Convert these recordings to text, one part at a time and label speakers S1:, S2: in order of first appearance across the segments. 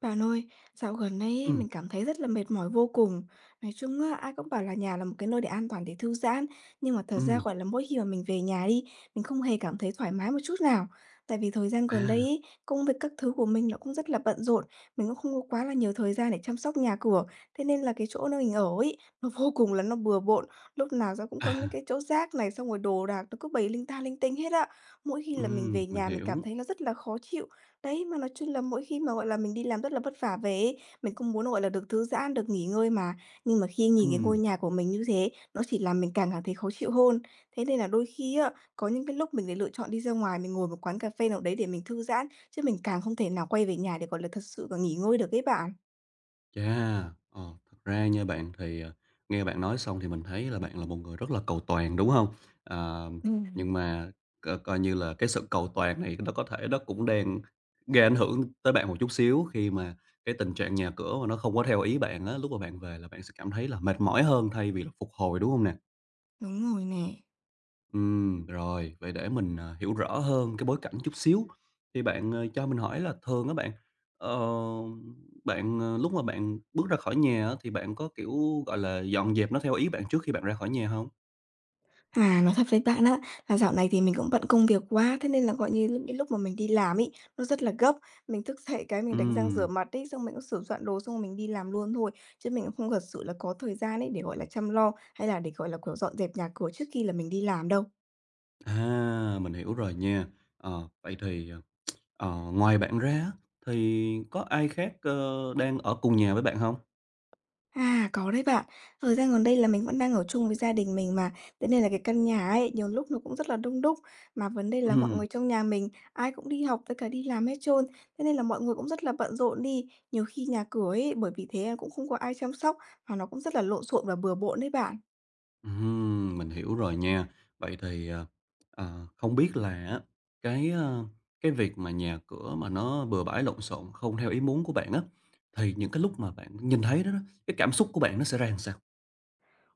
S1: Bạn ơi, dạo gần đây ấy,
S2: Ừm,
S1: mình cảm thấy rất là mệt mỏi vô cùng. Nói chung á, ai cũng bảo là nhà là một cái nơi để an toàn để thư giãn, nhưng mà thật ra
S2: ừm,
S1: gọi là mỗi khi mà mình về nhà đi, mình không hề cảm thấy thoải mái một chút nào. Tại vì thời gian
S2: à,
S1: gần đây ấy, công việc các thứ của mình nó cũng rất là bận rộn, mình cũng không có quá là nhiều thời gian để chăm sóc nhà cửa. Thế nên là cái chỗ nơi mình ở ấy, nó vô cùng là nó bừa bộn, lúc nào ra cũng
S2: à,
S1: có những cái chỗ rác này, xong rồi đồ đạc nó cứ bày linh ta linh tinh hết ạ. Mỗi khi là mình về
S2: mình
S1: nhà mình cảm
S2: hiểu,
S1: thấy nó rất là khó chịu. Đấy, mà nói chung là mỗi khi mà, gọi là, mình đi làm rất là vất vả về ấy, mình cũng muốn, gọi là, được thư giãn, được nghỉ ngơi mà. Nhưng mà khi nhìn cái ngôi
S2: ừm,
S1: nhà của mình như thế, nó chỉ làm mình càng cảm thấy khó chịu hơn. Thế nên là đôi khi á, có những cái lúc mình lại lựa chọn đi ra ngoài, mình ngồi một quán cà phê nào đấy để mình thư giãn, chứ mình càng không thể nào quay về nhà để, gọi là, thật sự là nghỉ ngơi được ấy bạn.
S2: chà, thật ra nha bạn thì, nghe bạn nói xong thì mình thấy là bạn là một người rất là cầu toàn, đúng hông? Ờ, nhưng
S1: Ừm.
S2: mà coi như là cái sự cầu toàn này nó có thể nó cũng đang gây ảnh hưởng tới bạn một chút xíu khi mà cái tình trạng nhà cửa mà nó không có theo ý bạn á, lúc mà bạn về là bạn sẽ cảm thấy là mệt mỏi hơn thay vì là phục hồi, đúng hông nè?
S1: Đúng rồi nè.
S2: Rồi, vậy để mình, hiểu rõ hơn cái bối cảnh chút xíu, thì bạn, cho mình hỏi là thường á ờ, bạn, lúc mà bạn bước ra khỏi nhà á, thì bạn có, kiểu, gọi là, dọn dẹp nó theo ý bạn trước khi bạn ra khỏi nhà không?
S1: À, nói thật với bạn á, là dạo này thì mình cũng bận công việc quá, thế nên là, gọi như, những cái lúc mà mình đi làm ý nó rất là gấp. Mình thức dậy cái mình đánh răng rửa
S2: Ừm,
S1: mặt ấy, xong mình cũng sửa soạn đồ xong rồi mình đi làm luôn thôi, chứ mình cũng không thật sự là có thời gian ấy để, gọi là, chăm lo hay là để, gọi là, kiểu, dọn dẹp nhà cửa trước khi là mình đi làm đâu.
S2: à, mình hiểu rồi nha. Vậy thì, ngoài bạn ra á, thì có ai khác, đang ở cùng nhà với bạn không?
S1: À, có đấy bạn. Thời gian gần đây là mình vẫn đang ở chung với gia đình mình mà, thế nên là cái căn nhà ấy, nhiều lúc nó cũng rất là đông đúc, mà vấn đề là mọi
S2: Ừm.
S1: người trong nhà mình ai cũng đi học với cả đi làm hết trơn, thế nên là mọi người cũng rất là bận rộn đi. Nhiều khi nhà cửa ấy, bởi vì thế cũng không có ai chăm sóc, mà nó cũng rất là lộn xộn và bừa bộn đấy bạn.
S2: Mình hiểu rồi nha. Vậy thì, không biết là á, cái, ơ, cái việc mà nhà cửa mà nó bừa bãi lộn xộn không theo ý muốn của bạn á, thì những cái lúc mà bạn nhìn thấy đó đó, cái cảm xúc của bạn nó sẽ ra làm sao?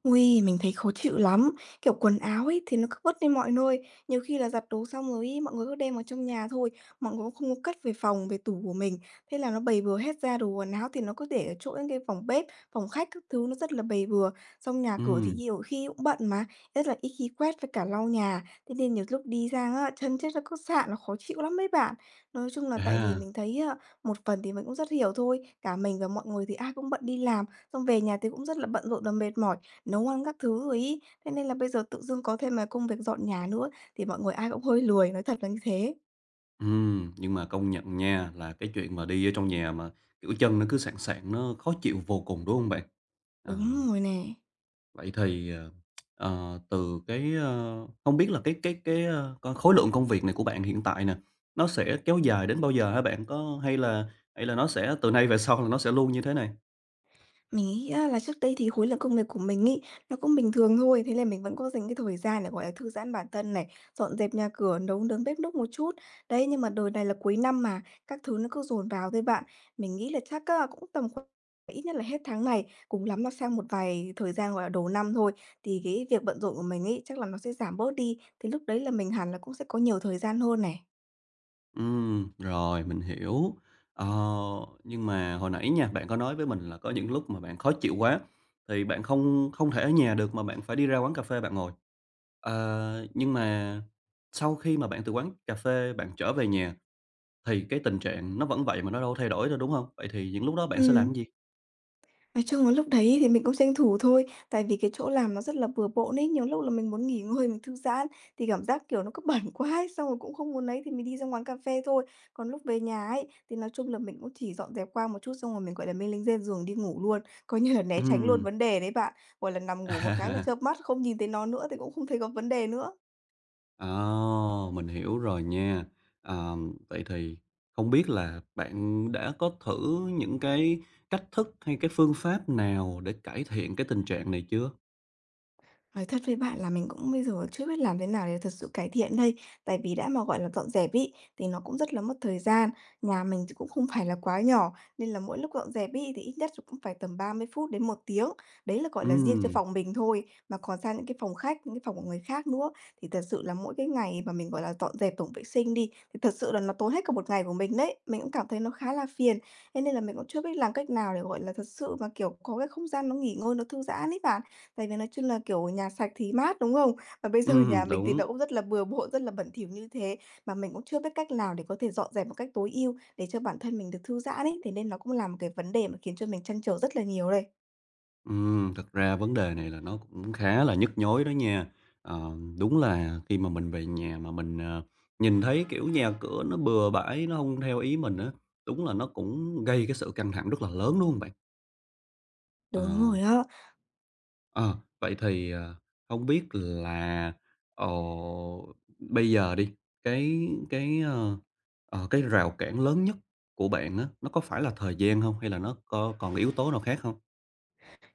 S1: Ui, mình thấy khó chịu lắm, kiểu, quần áo ấy thì nó cứ vứt đi mọi nơi, nhiều khi là giặt đồ xong rồi ấy, mọi người cứ đem vào trong nhà thôi, mọi người cũng không có cất về phòng, về tủ của mình. Thế là nó bày bừa hết ra, đồ quần áo thì nó cứ để ở chỗ những cái phòng bếp, phòng khách các thứ nó rất là bày bừa, xong nhà cửa thì
S2: Ừm,
S1: nhiều khi cũng bận mà, rất là ít khi quét với cả lau nhà, thế nên nhiều lúc đi ra á, chân chết nó cứ sạn, nó khó chịu lắm mấy bạn. Nói chung là tại vì
S2: chà,
S1: mình thấy á, một phần thì mình cũng rất hiểu thôi, cả mình và mọi người thì ai cũng bận đi làm. Xong về nhà thì cũng rất là bận rộn và mệt mỏi, nấu ăn các thứ rồi ý, thế nên là bây giờ tự dưng có thêm cái công việc dọn nhà nữa thì mọi người ai cũng hơi lười, nói thật là như thế.
S2: nhưng mà công nhận nha, là cái chuyện mà đi ở trong nhà mà, kiểu, chân nó cứ sạng sạng, nó khó chịu vô cùng, đúng không bạn? Ờ.
S1: Đúng rồi nè.
S2: Vậy thì, từ cái, ơ hông biết là cái, ơ, c khối lượng công việc này của bạn hiện tại nè, nó sẽ kéo dài đến bao giờ hả bạn? Có hay là nó sẽ từ nay về sau là nó sẽ luôn như thế này?
S1: Mình nghĩ á là trước đây thì khối lượng công việc của mình ý nó cũng bình thường thôi, thế là mình vẫn có dành cái thời gian để, gọi là, thư giãn bản thân này, dọn dẹp nhà cửa, nấu nướng bếp núc một chút. Đấy, nhưng mà đời này là cuối năm mà, các thứ nó cứ dồn vào thôi bạn. Mình nghĩ là chắc á cũng tầm khoảng ít nhất là hết tháng này, cùng lắm là sang một vài thời gian, gọi là, đầu năm thôi, thì cái việc bận rộn của mình ý chắc là nó sẽ giảm bớt đi, thì lúc đấy là mình hẳn là cũng sẽ có nhiều thời gian hơn này.
S2: Rồi, mình hiểu. Ờ, nhưng mà hồi nãy nha, bạn có nói với mình là có những lúc mà bạn khó chịu quá, thì bạn không không thể ở nhà được mà bạn phải đi ra quán cà phê bạn ngồi. Ờ, nhưng mà sau khi mà bạn từ quán cà phê bạn trở về nhà thì cái tình trạng nó vẫn vậy mà nó đâu thay đổi đâu, đúng hông? Vậy thì những lúc đó bạn sẽ làm
S1: Ừm.
S2: cái gì?
S1: Nói chung là lúc đấy thì mình cũng tranh thủ thôi, tại vì cái chỗ làm nó rất là bừa bộn ấy, nhiều lúc là mình muốn nghỉ ngơi, mình thư giãn thì cảm giác, kiểu, nó cứ bẩn quá ấy, xong rồi cũng không muốn ấy thì mình đi ra quán cà phê thôi. Còn lúc về nhà ấy, thì nói chung là mình cũng chỉ dọn dẹp qua một chút xong rồi mình, gọi là, mình lên trên giường đi ngủ luôn, coi như là né tránh luôn
S2: Ừm,
S1: vấn đề đấy bạn. Gọi là, nằm ngủ một cái là
S2: à,
S1: chợp mắt không nhìn thấy nó nữa thì cũng không thấy có vấn đề nữa.
S2: ờ, mình hiểu rồi nha. Vậy thì không biết là bạn đã có thử những cái cách thức hay cái phương pháp nào để cải thiện cái tình trạng này chưa?
S1: Nói thật với bạn là mình cũng bây giờ chưa biết làm thế nào để thật sự cải thiện đây. Tại vì đã mà, gọi là, dọn dẹp ấy, thì nó cũng rất là mất thời gian. Nhà mình thì cũng không phải là quá nhỏ, nên là mỗi lúc dọn dẹp ấy, thì ít nhất cũng phải tầm 30 phút đến một tiếng. Đấy là, gọi là, riêng cho
S2: Ừm,
S1: phòng mình thôi, mà còn sang những cái phòng khách, những cái phòng của người khác nữa, thì thật sự là mỗi cái ngày mà mình, gọi là, dọn dẹp tổng vệ sinh đi, thì thật sự là nó tốn hết cả một ngày của mình đấy. Mình cũng cảm thấy nó khá là phiền, thế nên là mình cũng chưa biết làm cách nào để, gọi là, thật sự mà, kiểu, có cái không gian nó nghỉ ngơi, nó thư giãn ấy bạn. Tại vì nói chung là, kiểu, nhà sạch thì mát, đúng không? Và bây giờ nhà mình thì
S2: đúng.
S1: nó cũng rất là bừa bộn, rất là bẩn thỉu như thế, mà mình cũng chưa biết cách nào để có thể dọn dẹp một cách tối ưu để cho bản thân mình được thư giãn ấy, thế nên nó cũng là một cái vấn đề mà khiến cho mình trăn trở rất là nhiều đây.
S2: Thật ra vấn đề này là nó cũng khá là nhức nhối đó nha. Ờ, đúng là khi mà mình về nhà mà mình, nhìn thấy, kiểu, nhà cửa nó bừa bãi, nó không theo ý mình á, đúng là nó cũng gây cái sự căng thẳng rất là lớn, đúng hông bạn? Ờ,
S1: Đúng rồi á.
S2: ờ, vậy thì, hông biết là, ờ, bây giờ đi, cái cái, ờ, cái rào cản lớn nhất của bạn á, nó có phải là thời gian không? Hay là nó có còn yếu tố nào khác không?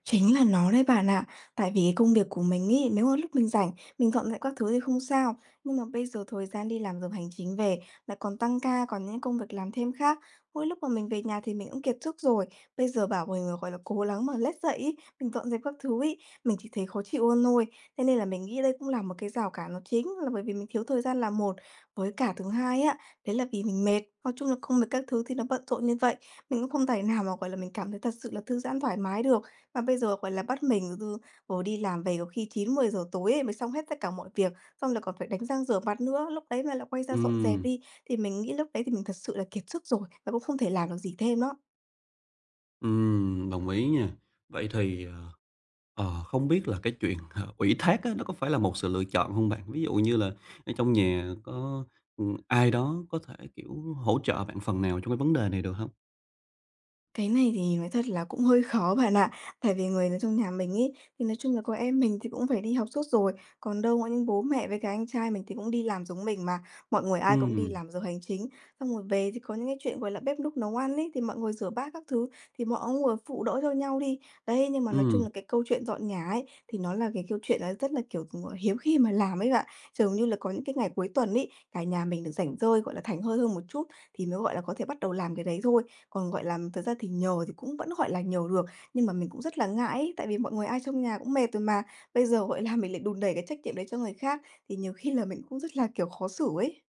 S1: Chính là nó đấy bạn ạ. Tại vì cái công việc của mình ấy, nếu mà lúc mình rảnh, mình dọn dẹp các thứ thì không sao. Nhưng mà bây giờ thời gian đi làm giờ hành chính về, lại còn tăng ca, còn những công việc làm thêm khác. Mỗi lúc mà mình về nhà thì mình cũng kiệt sức rồi. Bây giờ bảo mình là, gọi là, cố gắng mà lết dậy ấy, mình dọn dẹp các thứ ấy, mình chỉ thấy khó chịu hơn thôi. Thế nên là mình nghĩ đây cũng là một cái rào cản nó chính là bởi vì mình thiếu thời gian là một, với cả thứ hai á, đấy là vì mình mệt. Nói chung là công việc các thứ thì nó bận rộn như vậy, mình cũng không thể nào mà, gọi là, mình cảm thấy thật sự là thư giãn thoải mái được. Mà bây giờ, gọi là, bắt mình rồi đi làm về có khi chín mười giờ tối ấy mới xong hết tất cả mọi việc, xong là còn phải đánh răng rửa mặt nữa, lúc đấy mà lại quay ra dọn dẹp
S2: Ừm.
S1: đi, thì mình nghĩ lúc đấy thì mình thật sự là kiệt sức rồi và cũng không thể làm được gì thêm đó.
S2: Đồng ý nha. Vậy thì, không biết là cái chuyện, ủy thác á, nó có phải là một sự lựa chọn không bạn? Ví dụ như là ở trong nhà có, ai đó có thể, kiểu, hỗ trợ bạn phần nào trong cái vấn đề này được không?
S1: Cái này thì nói thật là cũng hơi khó bạn ạ. Tại vì người ở trong nhà mình ấy, thì nói chung là có em mình thì cũng phải đi học suốt rồi, còn đâu có những bố mẹ với cả anh trai mình thì cũng đi làm giống mình mà, mọi người ai cũng đi
S2: Ừm,
S1: làm giờ hành chính. Xong rồi về thì có những cái chuyện, gọi là, bếp núc nấu ăn ấy, thì mọi người rửa bát các thứ, thì mọi người phụ đỡ cho nhau đi. Đấy, nhưng mà nói chung
S2: ừm.
S1: là cái câu chuyện dọn nhà ấy, thì nó là cái câu chuyện là rất là, kiểu, ờ, hiếm khi mà làm ấy bạn. Dường như là có những cái ngày cuối tuần ấy, cả nhà mình được rảnh rỗi, gọi là, thảnh thơi hơn một chút, thì mới, gọi là, có thể bắt đầu làm cái đấy thôi. Còn, gọi là, thật ra thì nhờ thì cũng vẫn, gọi là, nhờ được, nhưng mà mình cũng rất là ngại ấy, tại vì mọi người ai trong nhà cũng mệt rồi mà. Bây giờ, gọi là, mình lại đùn đẩy cái trách nhiệm đấy cho người khác thì nhiều khi là mình cũng rất là, kiểu, khó xử ấy.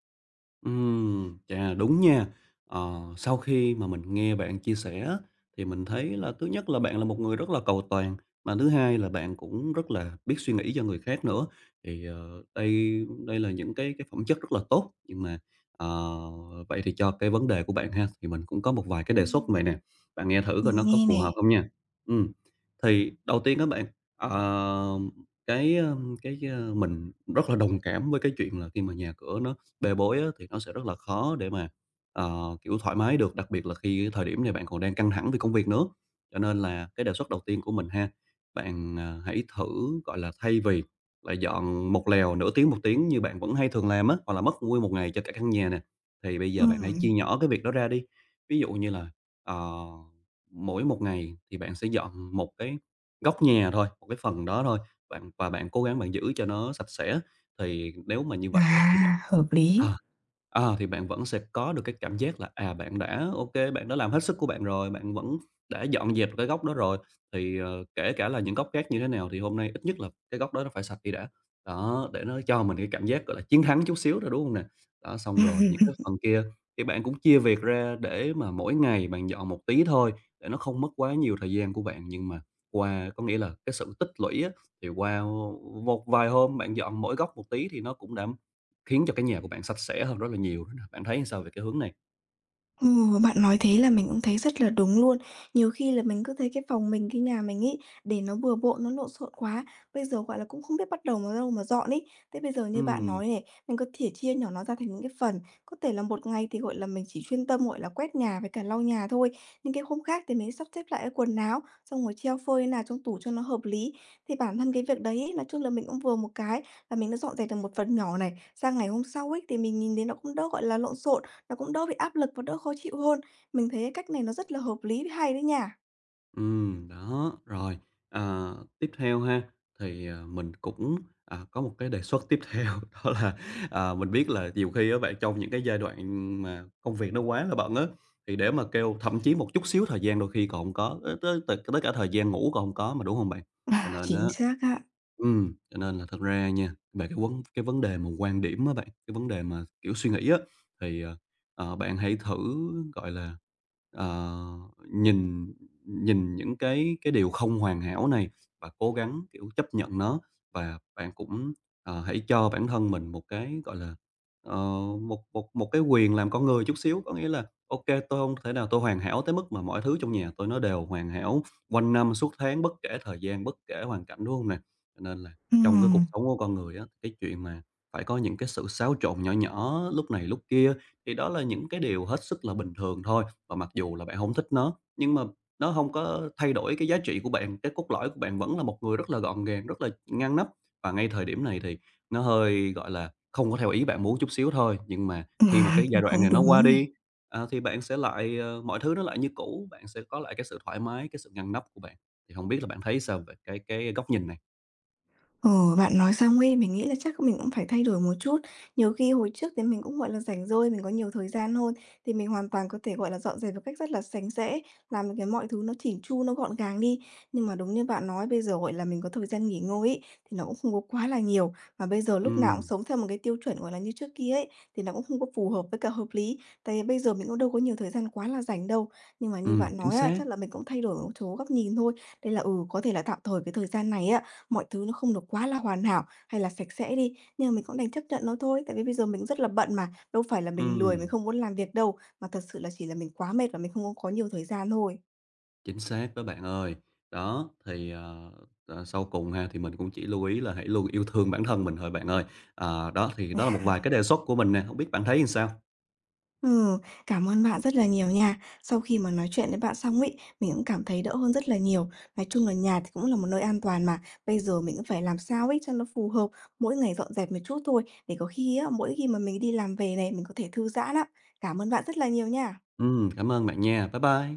S2: Chà, đúng nha. Ờ, sau khi mà mình nghe bạn chia sẻ á, thì mình thấy là thứ nhất là bạn là một người rất là cầu toàn, mà thứ hai là bạn cũng rất là biết suy nghĩ cho người khác nữa. Thì, đây đây là những cái phẩm chất rất là tốt, nhưng mà, ờ, vậy thì cho cái vấn đề của bạn ha, thì mình cũng có một vài cái đề xuất như vậy
S1: Ừm,
S2: nè, bạn nghe thử coi nó
S1: mình
S2: có
S1: nghe
S2: phù
S1: nè.
S2: hợp không nha. Ừ. Thì đầu tiên các bạn, ờ, cái, ơm, cái, ơ, mình rất là đồng cảm với cái chuyện là khi mà nhà cửa nó bê bối á, thì nó sẽ rất là khó để mà, kiểu, thoải mái được, đặc biệt là khi cái thời điểm này bạn còn đang căng thẳng vì công việc nữa. Cho nên là cái đề xuất đầu tiên của mình ha, bạn, hãy thử, gọi là, thay vì là dọn một lèo nửa tiếng, một tiếng như bạn vẫn hay thường làm á, hoặc là mất nguyên một ngày cho cả căn nhà nè, thì bây giờ bạn hãy chia
S1: Ừm,
S2: nhỏ cái việc đó ra đi. Ví dụ như là, ờ mỗi một ngày thì bạn sẽ dọn một cái góc nhà thôi, một cái phần đó thôi, bạn và bạn cố gắng bạn giữ cho nó sạch sẽ. Thì nếu mà như vậy á,
S1: à, hợp lý.
S2: Ờ, thì bạn vẫn sẽ có được cái cảm giác là, à, bạn đã ok bạn đã làm hết sức của bạn rồi, bạn vẫn đã dọn dẹp cái góc đó rồi, thì, kể cả là những góc khác như thế nào thì hôm nay ít nhất là cái góc đó nó phải sạch đi đã. Đó, để nó cho mình cái cảm giác, gọi là, chiến thắng chút xíu rồi đúng không nè? Đó, xong rồi những cái phần kia thì bạn cũng chia việc ra để mà mỗi ngày bạn dọn một tí thôi, để nó không mất quá nhiều thời gian của bạn. Nhưng mà qua có nghĩa là cái sự tích lũy á, thì qua một vài hôm bạn dọn mỗi góc một tí thì nó cũng đã khiến cho cái nhà của bạn sạch sẽ hơn rất là nhiều đó nè, bạn thấy sao về cái hướng này?
S1: Ừ, bạn nói thế là mình cũng thấy rất là đúng luôn. Nhiều khi là mình cứ thấy cái phòng mình, cái nhà mình ý để nó bừa bộn, nó lộn xộn quá. Bây giờ, gọi là, cũng không biết bắt đầu vào đâu mà dọn ý. Thế bây giờ như bạn
S2: Ừm,
S1: nói này, mình có thể chia nhỏ nó ra thành những cái phần. Có thể là một ngày thì, gọi là, mình chỉ chuyên tâm, gọi là, quét nhà với cả lau nhà thôi. Nhưng cái hôm khác thì mình sắp xếp lại cái quần áo, xong rồi treo phơi nào trong tủ cho nó hợp lý. Thì bản thân cái việc đấy ấy, nói chung là mình cũng vừa một cái là mình đã dọn dẹp được một phần nhỏ này. Sang ngày hôm sau ấy, thì mình nhìn thấy nó cũng đỡ, gọi là, lộn xộn. Nó cũng đỡ bị áp lực và đỡ khó chịu hơn. Mình thấy cái cách này nó rất là hợp lý với hay đấy nha.
S2: đó, rồi, tiếp theo ha, thì, mình cũng, có một cái đề xuất tiếp theo đó là, mình biết là nhiều khi á bạn trong những cái giai đoạn mà công việc nó quá là bận á, thì để mà kêu thậm chí một chút xíu thời gian đôi khi còn không có, tới tới tới cả thời gian ngủ còn không có mà, đúng không bạn? Cho
S1: À,
S2: nên á
S1: chính xác á.
S2: ừm, cho nên là thật ra nha, về cái vấn đề mà quan điểm á bạn, cái vấn đề mà, kiểu, suy nghĩ á, thì, bạn hãy thử, gọi là, ờ, nhìn nhìn những cái điều không hoàn hảo này và cố gắng, kiểu, chấp nhận nó. Và bạn cũng, hãy cho bản thân mình một cái, gọi là, ờ, một một một cái quyền làm con người chút xíu, có nghĩa là "Ô kê, tôi hông thể nào tôi hoàn hảo tới mức mà mọi thứ trong nhà tôi nó đều hoàn hảo quanh năm suốt tháng, bất kể thời gian, bất kể hoàn cảnh", đúng hông nè? Cho nên là trong cái cuộc
S1: Ừm,
S2: sống của con người á, cái chuyện mà phải có những cái sự xáo trộn nhỏ nhỏ lúc này lúc kia thì đó là những cái điều hết sức là bình thường thôi. Và mặc dù là bạn không thích nó, nhưng mà nó không có thay đổi cái giá trị của bạn, cái cốt lõi của bạn vẫn là một người rất là gọn gàng, rất là ngăn nắp. Và ngay thời điểm này thì nó hơi, gọi là, không có theo ý bạn muốn chút xíu thôi, nhưng mà khi mà cái giai đoạn
S1: cũng
S2: này nó qua
S1: đúng nè.
S2: đi, à, thì bạn sẽ lại, mọi thứ nó lại như cũ, bạn sẽ có lại cái sự thoải mái, cái sự ngăn nắp của bạn. Thì không biết là bạn thấy sao về cái góc nhìn này?
S1: Ờ, bạn nói xong ấy, mình nghĩ là chắc mình cũng phải thay đổi một chút. Nhiều khi hồi trước thì mình cũng, gọi là, rảnh rỗi, mình có nhiều thời gian hơn, thì mình hoàn toàn có thể, gọi là, dọn dẹp một cách rất là sạch sẽ, làm những cái mọi thứ nó chỉn chu, nó gọn gàng đi. Nhưng mà đúng như bạn nói, bây giờ, gọi là, mình có thời gian nghỉ ngơi ấy, thì nó cũng không có quá là nhiều, mà bây giờ lúc nào cũng
S2: Ừm,
S1: sống theo một cái tiêu chuẩn, gọi là, như trước kia ấy, thì nó cũng không có phù hợp với cả hợp lý. Tại vì bây giờ mình cũng đâu có nhiều thời gian quá là rảnh đâu. Nhưng mà như
S2: ừm,
S1: bạn
S2: chính
S1: nói á,
S2: xác,
S1: chắc là mình cũng thay đổi một số góc nhìn thôi. Đây là, ừ, có thể là tạm thời cái thời gian này á. Mọi thứ nó không được quá là hoàn hảo hay là sạch sẽ đi, nhưng mà mình cũng đành chấp nhận nó thôi, tại vì bây giờ mình rất là bận mà, đâu phải là mình
S2: ừm,
S1: lười, mình không muốn làm việc đâu, mà thật sự là chỉ là mình quá mệt và mình không có nhiều thời gian thôi.
S2: chính xác đó bạn ơi. Đó, thì, sau cùng ha, thì mình cũng chỉ lưu ý là hãy luôn yêu thương bản thân mình thôi bạn ơi. Ờ, đó, thì đó là một vài cái đề xuất của mình nè, hông biết bạn thấy làm sao?
S1: Ừ, cảm ơn bạn rất là nhiều nha. Sau khi mà nói chuyện với bạn xong ấy, mình cũng cảm thấy đỡ hơn rất là nhiều. Nói chung là nhà thì cũng là một nơi an toàn mà, bây giờ mình cũng phải làm sao ấy cho nó phù hợp, mỗi ngày dọn dẹp một chút thôi, để có khi á, mỗi khi mà mình đi làm về này, mình có thể thư giãn á. Cảm ơn bạn rất là nhiều nha.
S2: Cảm ơn bạn nha. Bye bye.